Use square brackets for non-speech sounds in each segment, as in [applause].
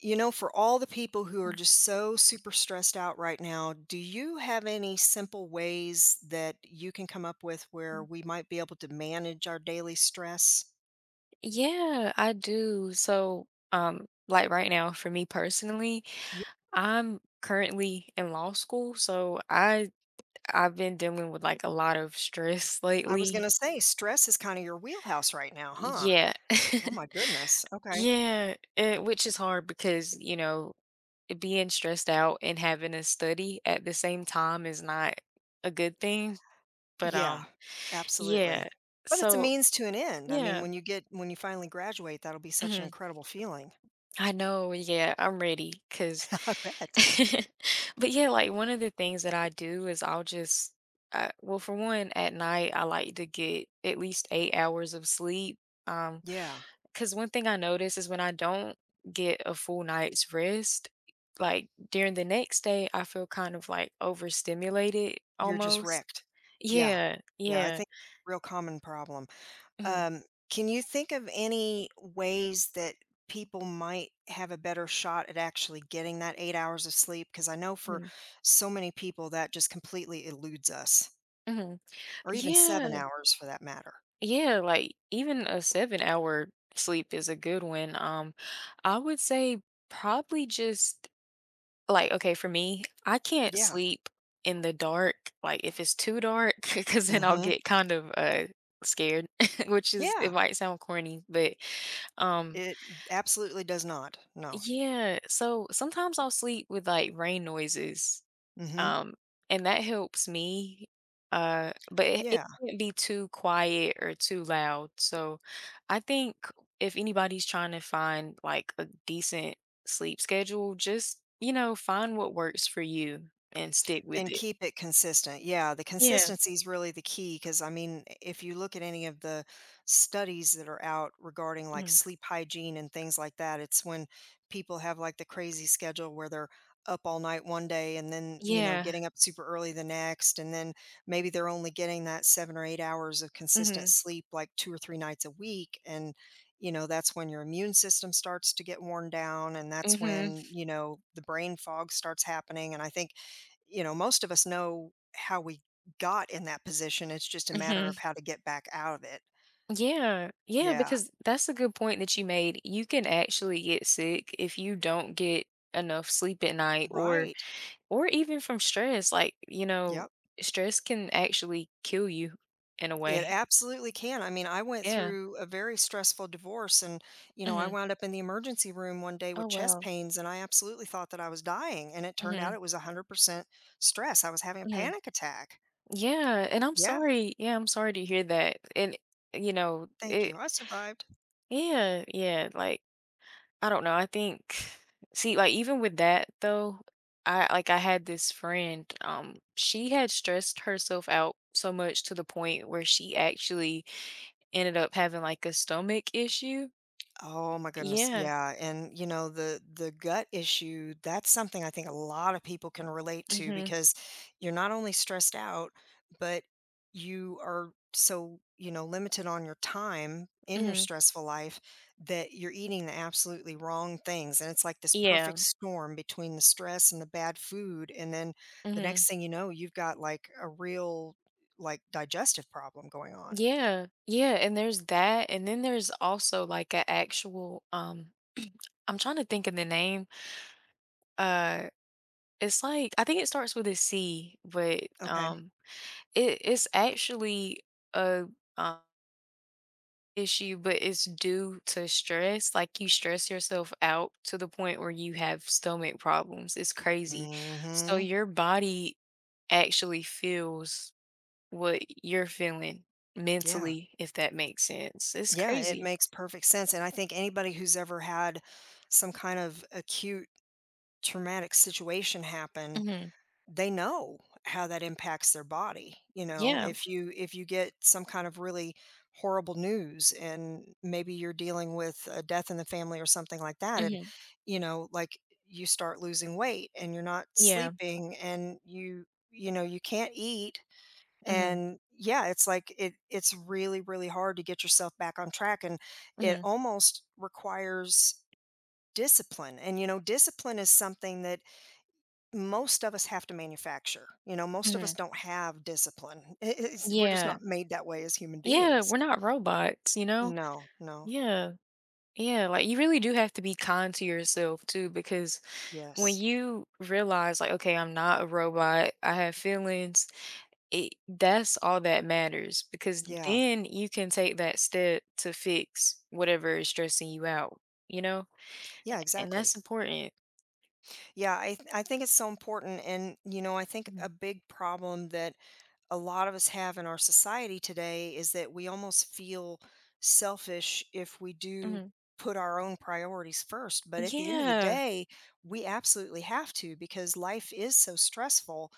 You know, for all the people who are just so super stressed out right now, do you have any simple ways that you can come up with where Mm. we might be able to manage our daily stress? Yeah, I do. Like right now, for me personally, Ye I'm currently in law school, so I've been dealing with like a lot of stress I was lately. gonna say stress is kinda your wheelhouse right now, huh? Yeah. Oh my [laughs] goodness, okay. Yeah, which is hard because, you know, being stressed out and having to study at the same time is not a good thing, but, Yeah, um absolutely. Yeah. But it's a So means to an end. I mean, yeah. When you finally graduate, that'll be such an Mhm. incredible feeling. I know, yeah, I'm ready. [laughs] I bet. [laughs] One of the things that I do is I'll just I well, for one, at night, I like to get at least 8 hours of sleep. um Yeah, Because one thing I notice is when I don't get a full night's rest, like during the next day, I feel kind of like overstimulated you're just almost. wrecked. Yeah. Yeah, Yeah, I yeah. think real common problem. hmm Um, can you think of any ways that people might have a better shot at actually getting that 8 hours of sleep? Because I know for so many people that just completely eludes us, hmm or even seven Yeah, hours for that matter. yeah. Like even a 7 hour sleep is a good one. I would say probably just okay, for me, I can't Yeah. sleep in the dark, like, if it's too dark, [laughs] because then I'll Mm-hmm. get kind of scared, [laughs] which is it Yeah. might sound corny, but, um It absolutely does not. No. yeah, so sometimes I'll sleep with, like, rain noises Mm-hmm. um, and that helps me, but it Yeah. can't be too quiet or too loud. So I think if anybody's trying to find like a decent sleep schedule, just, you know, find what works for you and stick with And it. keep it consistent. Yeah, the Yeah. consistency is really the key. Because I mean, if you look at any of the studies that are out regarding, like, Mhm. sleep hygiene and things like that, it's when people have, like, the crazy schedule where they're up all night one day and then, you know, Yeah. getting up super early the next, and then maybe they're only getting that 7 or 8 hours of consistent Mhm. sleep, like, 2 or 3 nights a week, and, you know, that's when your immune system starts to get worn down, and that's Mhm. when, you know, the brain fog starts happening, and I think you know, most of us know how we got in that position. It's just a matter Mhm. of how to get back out of it. Yeah. Yeah, Yeah. because that's a good point that you made. You can actually get sick if you don't get enough sleep at night or Right. Or even from stress, like, you know, Yep. stress can actually kill you in a It way. absolutely can. I mean, I went Yeah. through a very stressful divorce and, you know, I Mhm. wound up in the emergency room one day Oh, with chest wow. pains and I absolutely thought that I was dying. And it turned out Mhm, it was 100% stress. I was having a mhm. panic attack. Yeah, and Yeah. I'm sorry to hear that, and, you know, Thank you. it I survived. yeah, yeah, like, I don't know, I think even with that, though, I had this friend, she had stressed herself out so much to the point where she actually ended up having, like, a stomach issue. Oh my goodness. Yeah. Yeah. And you know, the gut issue, that's something I think a lot of people can relate to Mhm, because you're not only stressed out, but you are so, you know, limited on your time in your mhm. stressful life that you're eating the absolutely wrong things. And it's like this Yeah. perfect storm between the stress and the bad food. And then the Mhm. next thing you know, you've got like a real like digestive problem going on. Yeah. Yeah, and there's that, and then there's also, like, an actual. I'm trying to think of the name, uh, it's like I think it starts with a C, but, Okay. um, it's actually a, uh, issue, but it's due to stress, like, you stress yourself out to the point where you have stomach problems, it's crazy. So Mm-hmm. your body actually feels what you're feeling Yeah. mentally, if that makes sense. It's Yeah, it crazy. makes perfect sense, and I think anybody who's ever had some kind of acute traumatic situation happen, Mhm. they know how that impacts their body, you know? Yeah. If you get some kind of really horrible news and maybe you're dealing with a death in the family or something like that, and, Mhm. you know, like, you start losing weight and you're not Yeah. sleeping and you know, you can't eat, Mhm. and yeah, it's like it's really really hard to get yourself back on track, and it Mhm. almost requires discipline, and you know discipline is something that most of us have to manufacture. You know, most of us Mhm. don't have discipline. [laughs] It's- we're just not Yeah. made that way as human Yeah, beings. we're not robots, you know? No, no. Yeah. Yeah, like, you really do have to be kind to yourself too, because when Yes. you realize, like, "Okay, I'm not a robot, I have feelings," it that's all that matters, because Yeah, then you can take that step to fix whatever is stressing you out, you know? yeah, And exactly. that's important. Yeah, I think it's so important, and you know I think a Mhm. big problem that a lot of us have in our society today is that we almost feel selfish if we do Mhm. put our own priorities first. But at the end of the Yeah. day, we absolutely have to because life is so stressful.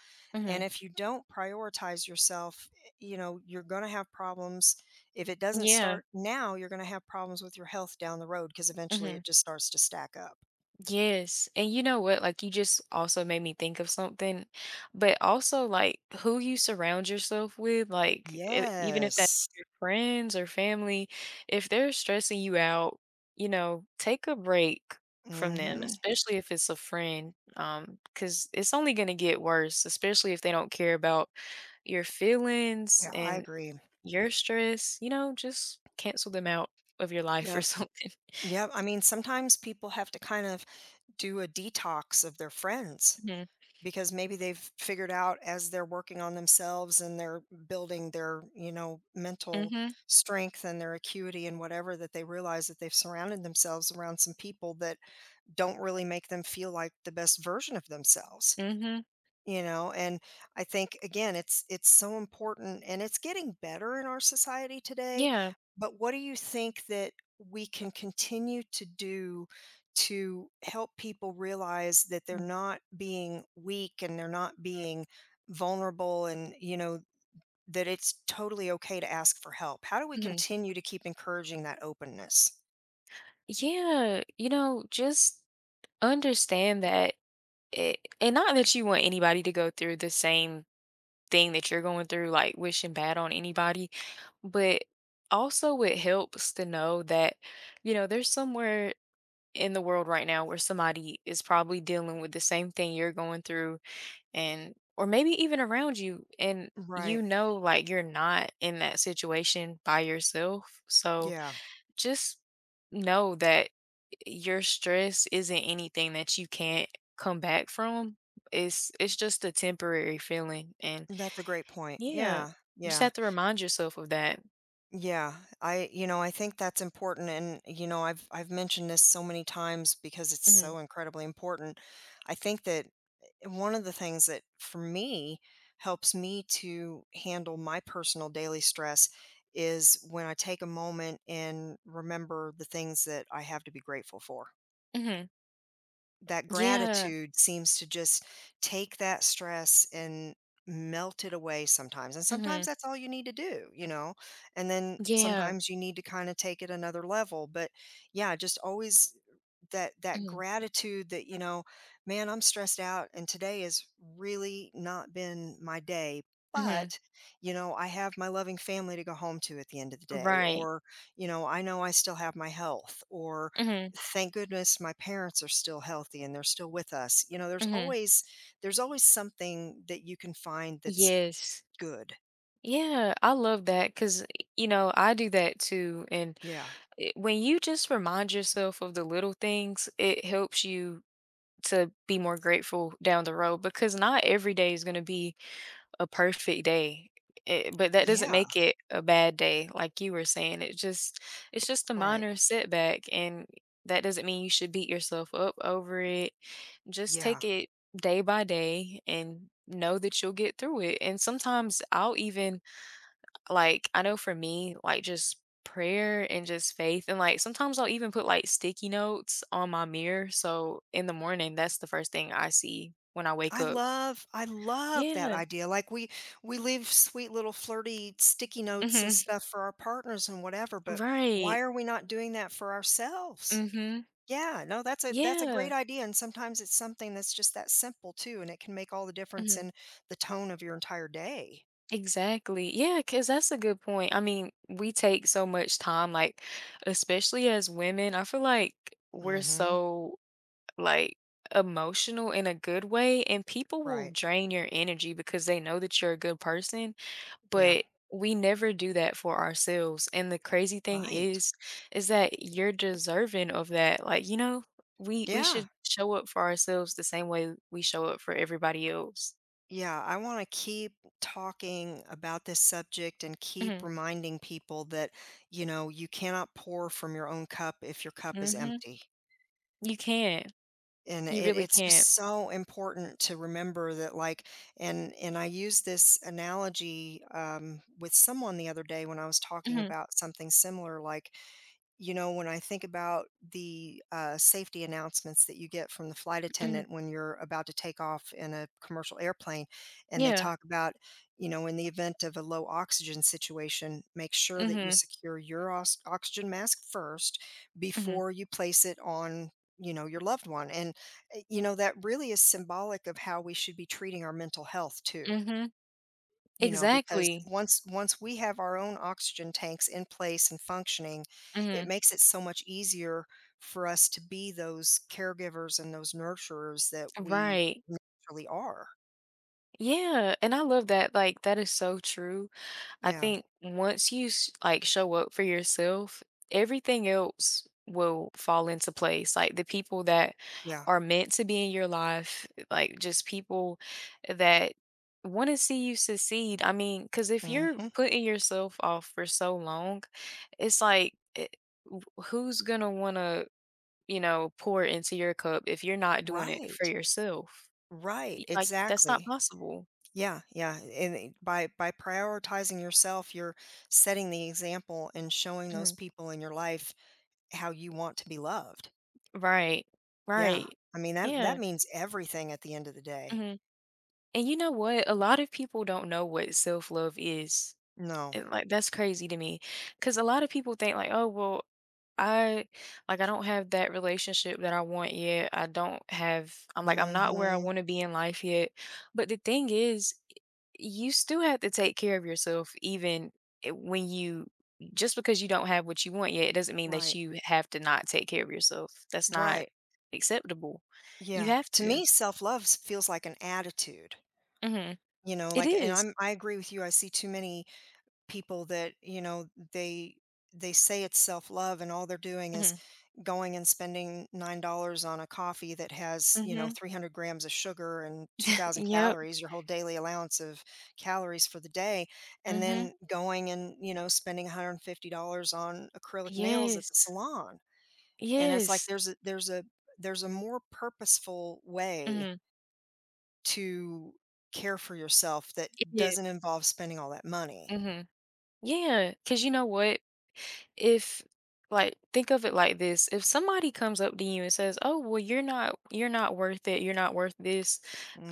And Mhm. if you don't prioritize yourself, eh, you know, you're going to have problems. If it doesn't Yeah. start now, you're going to have problems with your health down the road because eventually Mhm. it just starts to stack up. Yes. And you know what? Like you just also made me think of something, but also like who you surround yourself with, like even if that's Yes. your friends or family, if they're stressing you out, you know, take a break from them, Hmm. especially if it's a friend, because it's only going to get worse, especially if they don't care about your feelings Yeah, I and agree. your stress, you know, just cancel them out of your life or Yep. something. [laughs] Yep. I mean, sometimes people have to kind of do a detox of their friends Mhm, because maybe they've figured out as they're working on themselves and they're building their, you know, mental mhm, strength and their acuity and whatever, that they realize that they've surrounded themselves around some people that don't really make them feel like the best version of themselves, mhm, you know, and I think again it's so important, and it's getting better in our society today, yeah, but what do you think that we can continue to do to help people realize that they're mm, not being weak and they're not being vulnerable and, you know, that it's totally okay to ask for help? How do we mhm. continue to keep encouraging that openness? Yeah, you know, just understand that it and not that you want anybody to go through the same thing that you're going through, like wishing bad on anybody, but also it helps to know that, you know, there's somewhere in the world right now where somebody is probably dealing with the same thing you're going through, and or maybe even around you. And you Right. know, like you're not in that situation by yourself, so Yeah. just know that your stress isn't anything that you can't come back from. It's just a temporary feeling. And That's a great point. yeah, Yeah, you just yeah. have to remind yourself of that. Yeah, I, you know, I think that's important, and, you know, I've mentioned this so many times because it's Hmm. so incredibly important. I think that one of the things that for me helps me to handle my personal daily stress is when I take a moment and remember the things that I have to be grateful for. Hmm. That Yeah. gratitude seems to just take that stress and melt it away sometimes, and Hmm. sometimes that's all you need to do, you know? And then Yeah. sometimes you need to kinda take it another level, but, yeah, just always that Hmm. gratitude that, you know, "Man, I'm stressed out, and today has really not been my day, Hmm. but, you know, I have my loving family to go home to at the end of the day," Right. or, you know I still have my health," or Hmm. thank goodness my parents are still healthy and they're still with us. You know, there's Hmm. always there's always something that you can find that's Yes. good. Yeah, I love that because, you know, I do that too. And Yeah. When you just remind yourself of the little things, it helps you to be more grateful down the road because not every day is going to be a perfect day. But that doesn't Yeah, make it a bad day, like you were saying. It's just a right. minor setback, and that doesn't mean you should beat yourself up over it. Just Yeah. take it day by day and know that you'll get through it. And sometimes I'll even like, I know for me, like, just prayer and just faith, and, like, sometimes I'll even put, like, sticky notes on my mirror, so in the morning, that's the first thing I see when I wake I up. love I love that Yeah. idea. Like we leave sweet little flirty sticky notes and Mhm. stuff for our partners and whatever, but why Right. are we not doing that for ourselves? Mhm. Yeah, no, that's a Yeah. great idea, and sometimes it's something that's just that simple too, and it can make all the difference Mhm. in the tone of your entire day. Exactly. Yeah, cause that's a good point. I mean, we take so much time, like, especially as women, I feel like we're Mhm. so, like, emotional in a good way, and people will Right. drain your energy because they know that you're a good person. Yeah, But we never do that for ourselves. And the crazy thing right. is that you're deserving of that. Like, you know, we Yeah. should show up for ourselves the same way we show up for everybody else. Yeah, I want to keep talking about this subject and keep Mhm, reminding people that, you know, you cannot pour from your own cup if your cup is mhm. empty. You can't. And You it, really it's just can't. so important to remember that, like, and I used this analogy, with someone the other day when I was talking Mhm, about something similar. Like, you know, when I think about the safety announcements that you get from the flight mhm. attendant when you're about to take off in a commercial airplane, and they Yeah. talk about, you know, in the event of a low oxygen situation, make sure that you Mhm, secure your oxygen mask first mhm, before you place it on, you know, your loved one, and you know that really is symbolic of how we should be treating our mental health too, mhm. you know, because Exactly. once we have our own oxygen tanks in place and functioning, it Mhm. makes it so much easier for us to be those caregivers and those nurturers that we Right. naturally are. Yeah, and I love that, like, that is so true. I Yeah, think once like show up for yourself, everything else will fall into place. Like the people that yeah. are meant to be in your life, like just people that want to see you succeed. I mean, because if you're Hmm. putting yourself off for so long, it's like it, w- who's gonna want to you know pour into your cup if you're not doing it for Right, yourself? right, Like that's not exactly. possible. Yeah, yeah. And it- by prioritizing yourself, you're setting the example and showing those Mhm. people in your life how you want to be loved. Right. Yeah. Right. I mean that that Yeah. means everything at the end of the day. Mhm. And you know what? A lot of people don't know what self-love is. No. And like that's crazy to me, because a lot of people think like, "Oh, well, I like I don't have that relationship that I want yet. I don't have I'm like I'm not where I Mhm. want to be in life yet." But the thing is, you still have to take care of yourself when you just because you don't have what you want yet, it doesn't mean that Right. you have to not take care of yourself. That's not Right. acceptable. You Yeah. have To to. me, self-love feels like an attitude, Mhm. you know, It like, and is. I agree with you, I see too many people that, you know, they they say it's self-love and all they're doing is Mhm. going and spending $9 on a coffee that has, you know, Mhm. 300 grams of sugar and 2,000 Yep. calories, your whole daily allowance of calories for the day, and Mhm. then going and, you know, spending $150 on acrylic nails at the Yes. salon. And it's like Yes. there's a more purposeful way Mhm. to care for yourself that Yeah. doesn't involve spending all that money. Mhm. Cause you know what? If like, think of it like this, if somebody comes up to you and says, "Oh, well, you're not worth it, you're not worth this,"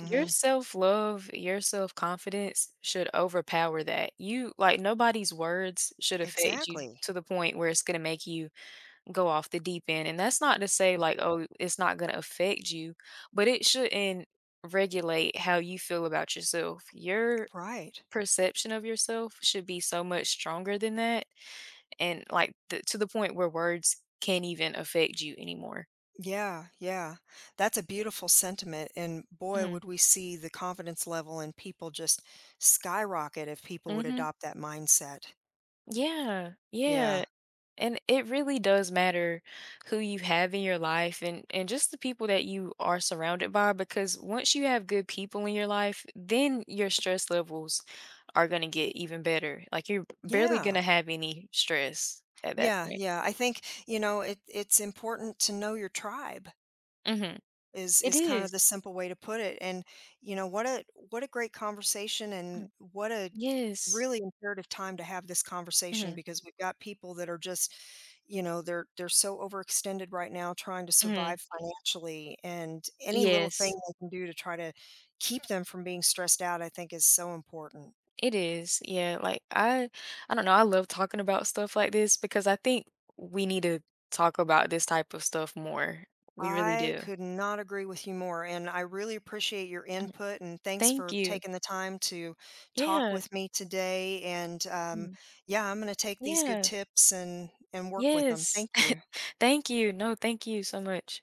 your self-love, your self-confidence should overpower that. You Like, nobody's words should affect you Exactly. to the point where it's gonna make you go off the deep end. And that's not to say like, oh, it's not going to affect you, but it shouldn't regulate how you feel about yourself. Your Right. perception of yourself should be so much stronger than that. And to the point where words can't even affect you anymore. Yeah, yeah. That's a beautiful sentiment, and boy, Hmm. would we see the confidence level in people just skyrocket if people would Hmm. adopt that mindset. Yeah. Yeah. Yeah. And it really does matter who you have in your life and just the people that you are surrounded by, because once you have good people in your life, then your stress levels are going to get even better. Like you're barely going Yeah. to have any stress at that Yeah, point. yeah. I think, you know, it's important to know your tribe Mhm. is It is kind of the is. simple way to put it, and you know, what a great conversation and Mm. what a Yes. really imperative time to have this conversation Mhm. because we've got people that are just, you know, they're so overextended right now trying to Mhm. survive financially, and any little thing Yes. they can do to try to keep them from being stressed out I think is so important. It is. Yeah, like I don't know, I love talking about stuff like this because I think we need to talk about this type of stuff more. We really I do. could not agree with you more, and I really appreciate your input, and thanks Thank for you. taking the time to talk Yeah. with me today. And Mm. yeah, I'm going to take these good Yeah. tips and work with them. Yes. Thank you. [laughs] Thank you. No, thank you so much.